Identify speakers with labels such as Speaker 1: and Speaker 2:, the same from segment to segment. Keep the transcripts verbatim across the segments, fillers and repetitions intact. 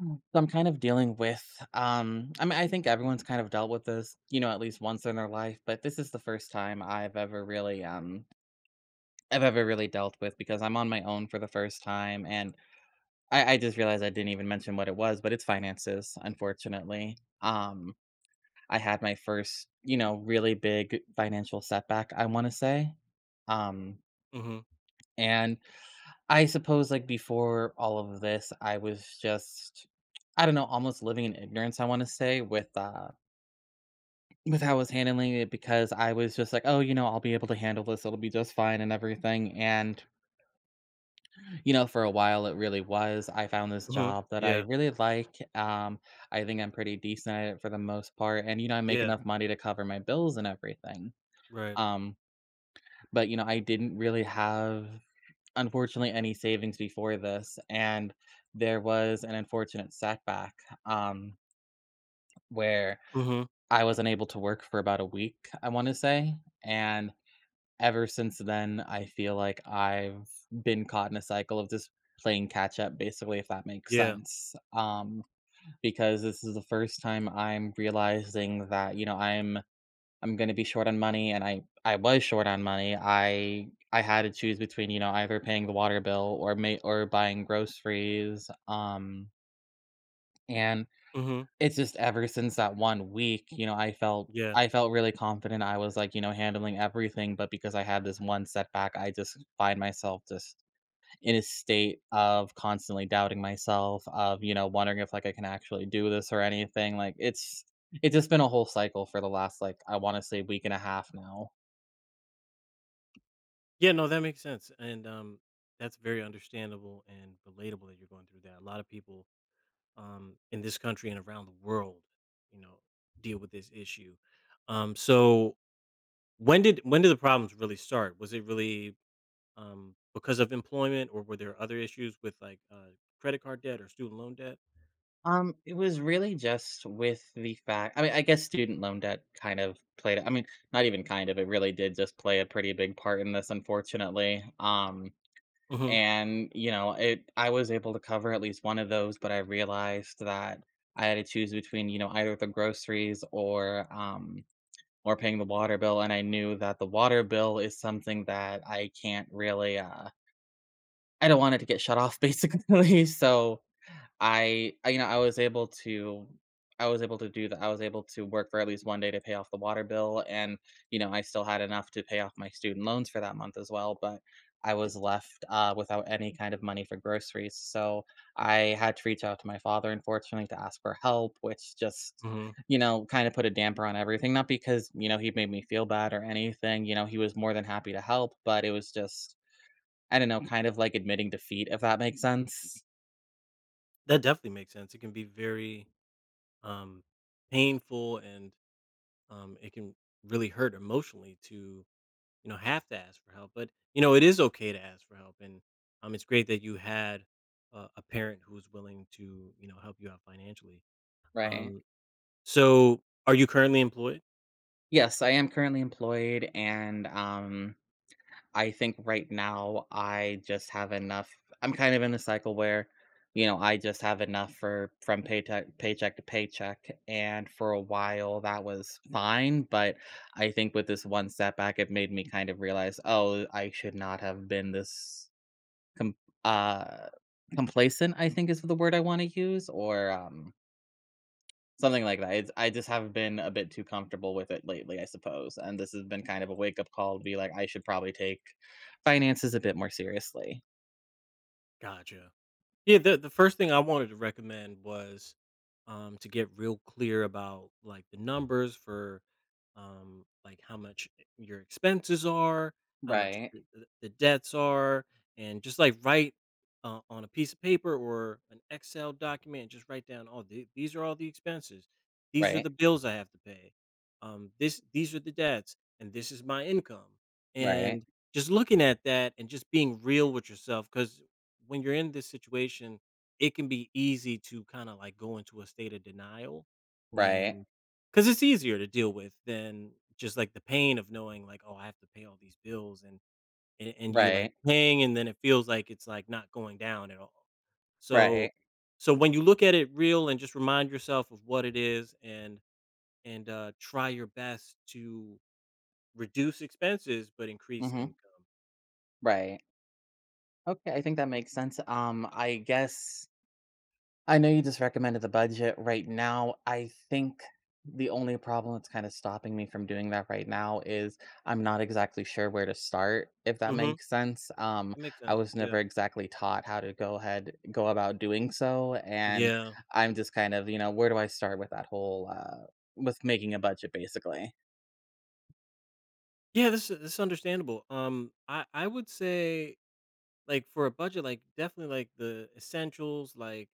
Speaker 1: Mm. So I'm kind of dealing with, um, I mean, I think everyone's kind of dealt with this, you know, at least once in their life, but this is the first time I've ever really, um, I've ever really dealt with because I'm on my own for the first time. And I, I just realized I didn't even mention what it was, but it's finances, unfortunately. Um, I had my first, you know, really big financial setback, I want to say. Um,
Speaker 2: Mhm.
Speaker 1: and I suppose, like, before all of this, I was just, I don't know, almost living in ignorance, I wanna say, with, uh with how I was handling it because I was just like, "Oh, you know, I'll be able to handle this, it'll be just fine and everything," and, you know, for a while, it really was. I found this
Speaker 2: Mhm.
Speaker 1: job that I
Speaker 2: Yeah.
Speaker 1: really like, um, I think I'm pretty decent at it for the most part, and, you know, I make
Speaker 2: Yeah.
Speaker 1: enough money to cover my bills and everything,
Speaker 2: Right.
Speaker 1: um, but, you know, I didn't really have unfortunately any savings before this, and there was an unfortunate setback, um, where
Speaker 2: Mhm.
Speaker 1: I was unable to work for about a week, I wanna say, and ever since then, I feel like I've been caught in a cycle of just playing catch up, basically, if that makes
Speaker 2: Yeah.
Speaker 1: sense, um, because this is the first time I'm realizing that, you know, I'm I'm gonna be short on money, and I I was short on money. I I had to choose between you know either paying the water bill or may or buying groceries. Um, and
Speaker 2: Mhm.
Speaker 1: it's just ever since that one week, you know, I felt
Speaker 2: Yeah.
Speaker 1: I felt really confident. I was like you know handling everything, but because I had this one setback, I just find myself just in a state of constantly doubting myself, of you know wondering if like I can actually do this or anything. Like it's it's just been a whole cycle for the last like I want to say week and a half now.
Speaker 2: Yeah, no, that makes sense, and um, that's very understandable and relatable that you're going through that. A lot of people um, in this country and around the world you know, deal with this issue. Um, so when did when did the problems really start? Was it really um, because of employment, or were there other issues with, like, uh, credit card debt or student loan debt?
Speaker 1: Um, it was really just with the fact I mean, I guess student loan debt kind of played I mean, not even kind of, it really did just play a pretty big part in this, unfortunately. Um,
Speaker 2: Mhm.
Speaker 1: and, you know, it I was able to cover at least one of those, but I realized that I had to choose between, you know, either the groceries or um or paying the water bill. And I knew that the water bill is something that I can't really uh I don't want it to get shut off basically. So I I you know, I was able to I was able to do that. I was able to work for at least one day to pay off the water bill, and, you know, I still had enough to pay off my student loans for that month as well, but I was left, uh, without any kind of money for groceries, so I had to reach out to my father, unfortunately, to ask for help, which just,
Speaker 2: Mhm.
Speaker 1: you know, kinda put a damper on everything, not because, you know, he made me feel bad or anything, you know, he was more than happy to help, but it was just, I don't know, kind of like admitting defeat, if that makes sense.
Speaker 2: That definitely makes sense. It can be very um, painful, and um, it can really hurt emotionally to you know have to ask for help, but you know it is okay to ask for help, and um, it's great that you had uh, a parent who's willing to you know help you out financially.
Speaker 1: Right.
Speaker 2: Um, so are you currently employed?
Speaker 1: Yes, I am currently employed, and, um, I think right now I just have enough I'm kind of in a cycle where, you know, I just have enough for from paycheck paycheck to paycheck, and for a while that was fine, but I think with this one setback, it made me kind of realize, "Oh, I should not have been this com uh, complacent," I think is the word I wanna use, or, um Something like that. It's I just have been a bit too comfortable with it lately, I suppose, and this has been kind of a wake-up call to be like, "I should probably take finances a bit more seriously."
Speaker 2: Gotcha. Yeah, the the first thing I wanted to recommend was um, to get real clear about, like, the numbers for um, like how much eh, your expenses are, how much
Speaker 1: Right,
Speaker 2: the, the the debts are, and just, like, write uh, on a piece of paper or an Excel document. Just write down, oh, the, these are all the expenses, these are
Speaker 1: right,
Speaker 2: the bills I have to pay, um, this these are the debts, and this is my income,
Speaker 1: right,
Speaker 2: and just looking at that and just being real with yourself because when you're in this situation, it can be easy to kind of like go into a state of denial
Speaker 1: right,
Speaker 2: and because it's easier to deal with than just like the pain of knowing, like, oh, I have to pay all these bills and and, and you like
Speaker 1: right,
Speaker 2: paying, and then it feels like it's like not going down at all. So
Speaker 1: right.
Speaker 2: so when you look at it real and just remind yourself of what it is, and and uh try your best to reduce expenses but increase
Speaker 1: Mhm,
Speaker 2: income.
Speaker 1: right. Okay, I think that makes sense. Um, I guess I know you just recommended the budget right now. I think the only problem that's kind of stopping me from doing that right now is I'm not exactly sure where to start, if that
Speaker 2: Mm-hmm.
Speaker 1: makes sense. Um,
Speaker 2: That makes
Speaker 1: I
Speaker 2: sense.
Speaker 1: was
Speaker 2: Yeah.
Speaker 1: never exactly taught how to go ahead, go about doing so. And
Speaker 2: Yeah.
Speaker 1: I'm just kind of, you know, where do I start with that whole, uh, with making a budget basically?
Speaker 2: Yeah, this is this is understandable. Um, I I would say, like, for a budget, like definitely, like, the essentials, like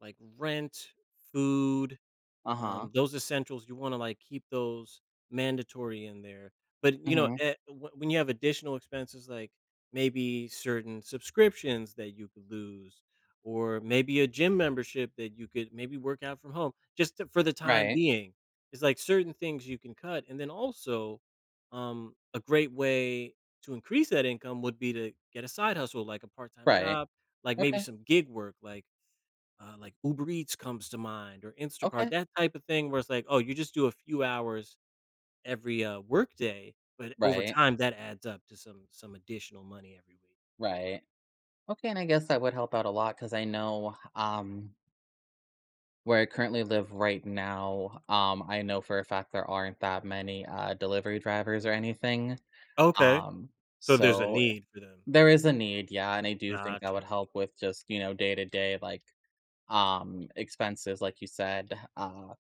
Speaker 2: like rent, food.
Speaker 1: Uh huh.
Speaker 2: Um, those essentials, you wanna, like, keep those mandatory in there, but you know,
Speaker 1: Mm-hmm.
Speaker 2: eh, wh when you have additional expenses, like, maybe certain subscriptions that you could lose or maybe a gym membership that you could maybe work out from home, just to for the time
Speaker 1: Right.
Speaker 2: being. It's, like, certain things you can cut, and then also, um, a great way to increase that income would be to get a side hustle, like a part-time
Speaker 1: Right.
Speaker 2: job, like, maybe
Speaker 1: Okay.
Speaker 2: some gig work, like uh, like Uber Eats comes to mind, or Instacart,
Speaker 1: Okay.
Speaker 2: that type of thing where it's like, oh, you just do a few hours every uh, workday, but over
Speaker 1: Right.
Speaker 2: time that adds up to some some additional money every week.
Speaker 1: Right. Okay. And I guess that would help out a lot because I know, um, Where I currently live right now, um, I know for a fact there aren't that many, uh, delivery drivers or anything,
Speaker 2: Okay,
Speaker 1: um,
Speaker 2: so there's a
Speaker 1: so
Speaker 2: need for them.
Speaker 1: there is a need, yeah, and I do think that would
Speaker 2: Gotcha.
Speaker 1: help with just, you know, day to day, like, um, expenses, like you said, uh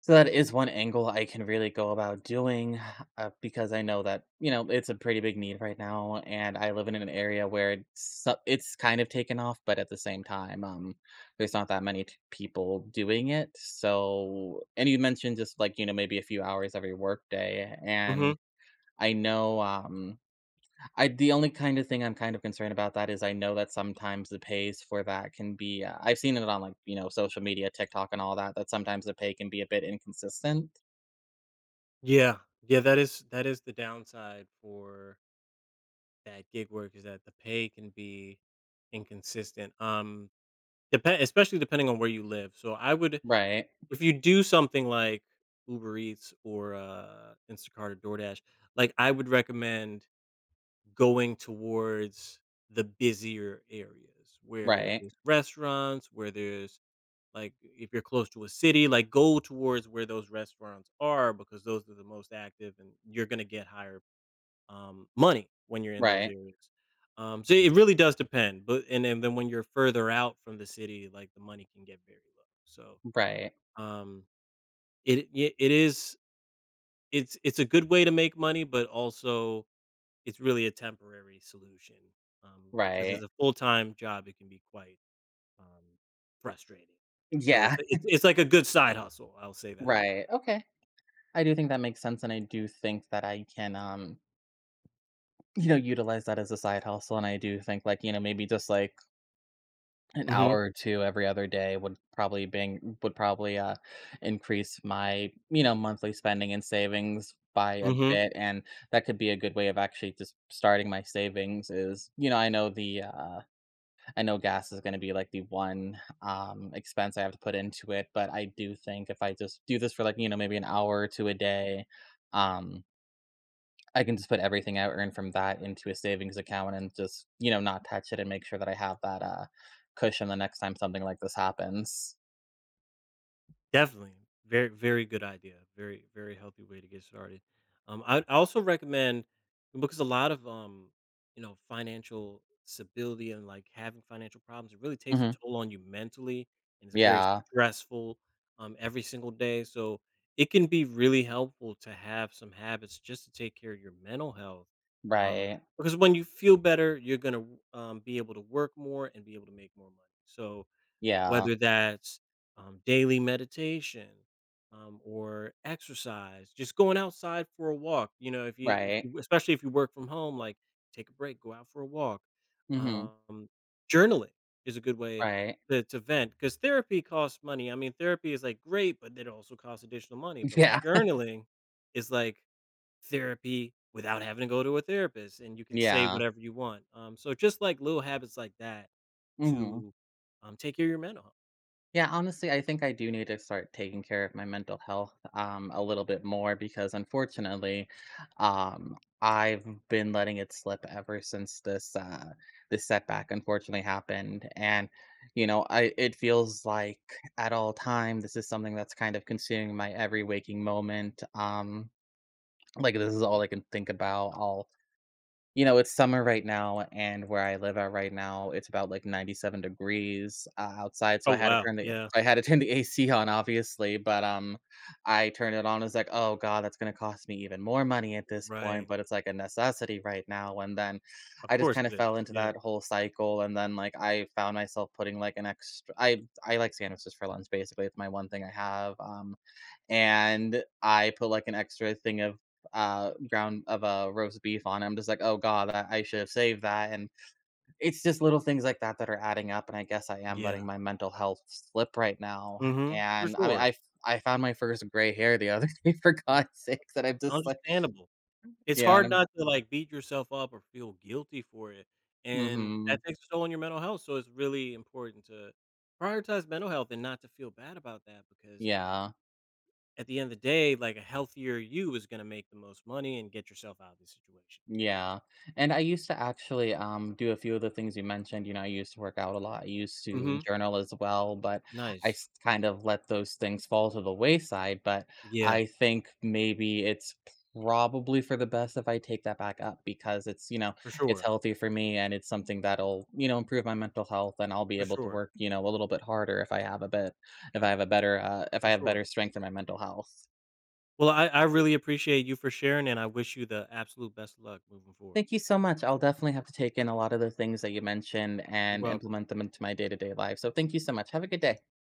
Speaker 1: so that is one angle I can really go about doing, uh, because I know that, you know, it's a pretty big need right now, and I live in an area where it's so- it's kind of taken off, but at the same time, um, there's not that many t- people doing it. So, and you mentioned just like, you know, maybe a few hours every workday,
Speaker 2: Hmm.
Speaker 1: and I know um I the only kind of thing I'm kind of concerned about that is I know that sometimes the pays for that can be uh, I've seen it on like you know social media TikTok and all that that sometimes the pay can be a bit inconsistent.
Speaker 2: Yeah, yeah, that is that is the downside for that gig work is that the pay can be inconsistent. Um, depend especially depending on where you live. So I would
Speaker 1: Right,
Speaker 2: If you do something like Uber Eats or uh, Instacart or DoorDash, like, I would recommend going towards the busier areas where
Speaker 1: right,
Speaker 2: there's restaurants, where there's, like, if you're close to a city, like, go towards where those restaurants are because those are the most active, and you're gonna get higher um, money when you're in those
Speaker 1: right,
Speaker 2: areas. Um, so it really does depend, but and then then when you're further out from the city, like, the money can get very low. So,
Speaker 1: right,
Speaker 2: um it I it is it's it's a good way to make money, but also it's really a temporary solution, because as
Speaker 1: right.
Speaker 2: a full-time job, it can be quite um, frustrating. So it's
Speaker 1: Yeah,
Speaker 2: it's it's like a good side hustle, I'll say that.
Speaker 1: right, okay. I do think that makes sense, and I do think that I can, um, you know, utilize that as a side hustle, and I do think, like, you know, maybe just, like, an hour
Speaker 2: Mhm.
Speaker 1: or two every other day would probably bring would probably, uh, increase my, you know, monthly spending and savings by a
Speaker 2: Mhm.
Speaker 1: bit, and that could be a good way of actually just starting my savings is you know, I know the, uh I know gas is going to be like the one um, expense I have to put into it, but I do think if I just do this for like you know maybe an hour to a day, um, I can just put everything I earn from that into a savings account and just you know not touch it and make sure that I have that uh, cushion the next time something like this happens.
Speaker 2: Definitely. Very, very good idea. Very, very healthy way to get started. Um, I, I also recommend because a lot of um, you know, financial stability and, like, having financial problems, it really takes a
Speaker 1: Hmm.
Speaker 2: toll on you mentally, and it's very
Speaker 1: Yeah.
Speaker 2: stressful um every single day. So it can be really helpful to have some habits just to take care of your mental health. Um,
Speaker 1: Right.
Speaker 2: because when you feel better, you're gonna um, be able to work more and be able to make more money. So
Speaker 1: Yeah.
Speaker 2: whether that's um, daily meditation, um, or exercise, just going outside for a walk, you know, if you if
Speaker 1: Right.
Speaker 2: you especially if you work from home, like, take a break, go out for a walk.
Speaker 1: Hmm.
Speaker 2: Um, Journaling is a good way
Speaker 1: Right.
Speaker 2: to to vent, because therapy costs money. I mean, therapy is, like, great, but it also costs additional money, but, like,
Speaker 1: Yeah.
Speaker 2: journaling is like therapy without having to go to a therapist, and you can say
Speaker 1: Yeah.
Speaker 2: whatever you want. Um, so just, like, little habits like that
Speaker 1: Hmm.
Speaker 2: to um, take care of your mental health.
Speaker 1: Yeah, honestly, I think I do need to start taking care of my mental health um, a little bit more because unfortunately, um, I've been letting it slip ever since this uh, this setback unfortunately happened, and you know, I it feels like at all time this is something that's kind of consuming my every waking moment. Um, like this is all I can think about. You know, it's summer right now, and where I live at right now, it's about like ninety-seven degrees o outside, so
Speaker 2: Oh,
Speaker 1: I had to
Speaker 2: wow.
Speaker 1: turn the
Speaker 2: Yeah.
Speaker 1: so I had to turn the A C on, obviously, but, um, I turned it on, I like, "Oh god, that's gonna cost me even more money at this point,"
Speaker 2: Right.
Speaker 1: but it's like a necessity right now, and then
Speaker 2: Of
Speaker 1: I just
Speaker 2: course
Speaker 1: kinda
Speaker 2: it is.
Speaker 1: fell into
Speaker 2: Yeah.
Speaker 1: that whole cycle, and then, like, I found myself putting, like, an extra I I like sandwiches for lunch, basically, it's my one thing I have, um and I put like an extra thing of uh ground of a uh, roast beef on it. I'm just like, oh god, I, I should have saved that. And it's just little things like that that are adding up. And I guess I am
Speaker 2: Yeah.
Speaker 1: letting my mental health slip right now.
Speaker 2: Mhm. For
Speaker 1: And I mean,
Speaker 2: sure.
Speaker 1: I I found my first gray hair the other day for
Speaker 2: Yeah,
Speaker 1: God's sakes, and I'm just like,
Speaker 2: understandable. It's
Speaker 1: yeah, and
Speaker 2: hard
Speaker 1: I'm,
Speaker 2: not to, like, beat yourself up or feel guilty for it, and that
Speaker 1: hmm
Speaker 2: takes a toll on your mental health, so it's really important to prioritize mental health and not to feel bad about that because
Speaker 1: yeah.
Speaker 2: at the end of the day, like, a healthier you is gonna make the most money and get yourself out of the situation.
Speaker 1: Yeah, and I used to actually, um, do a few of the things you mentioned, you know, I used to work out a lot, I used to
Speaker 2: Mhm.
Speaker 1: journal as well, but I
Speaker 2: Nice.
Speaker 1: s kind of let those things fall to the wayside, but
Speaker 2: Yeah.
Speaker 1: I think maybe it's, probably for the best if I take that back up because it's, you know,
Speaker 2: For
Speaker 1: it's
Speaker 2: sure.
Speaker 1: healthy for me and it's something that'll, you know, improve my mental health and I'll be
Speaker 2: For
Speaker 1: able to
Speaker 2: sure.
Speaker 1: work, you know, a little bit harder if I have a bit if I have a better, uh if I
Speaker 2: For
Speaker 1: have
Speaker 2: sure.
Speaker 1: better strength in my mental health.
Speaker 2: Well, I I really appreciate you for sharing, and I wish you the absolute best luck moving forward.
Speaker 1: Thank you so much. I'll definitely have to take in a lot of the things that you mentioned
Speaker 2: You're
Speaker 1: and
Speaker 2: welcome.
Speaker 1: implement them into my day to day life. So thank you so much. Have a good day.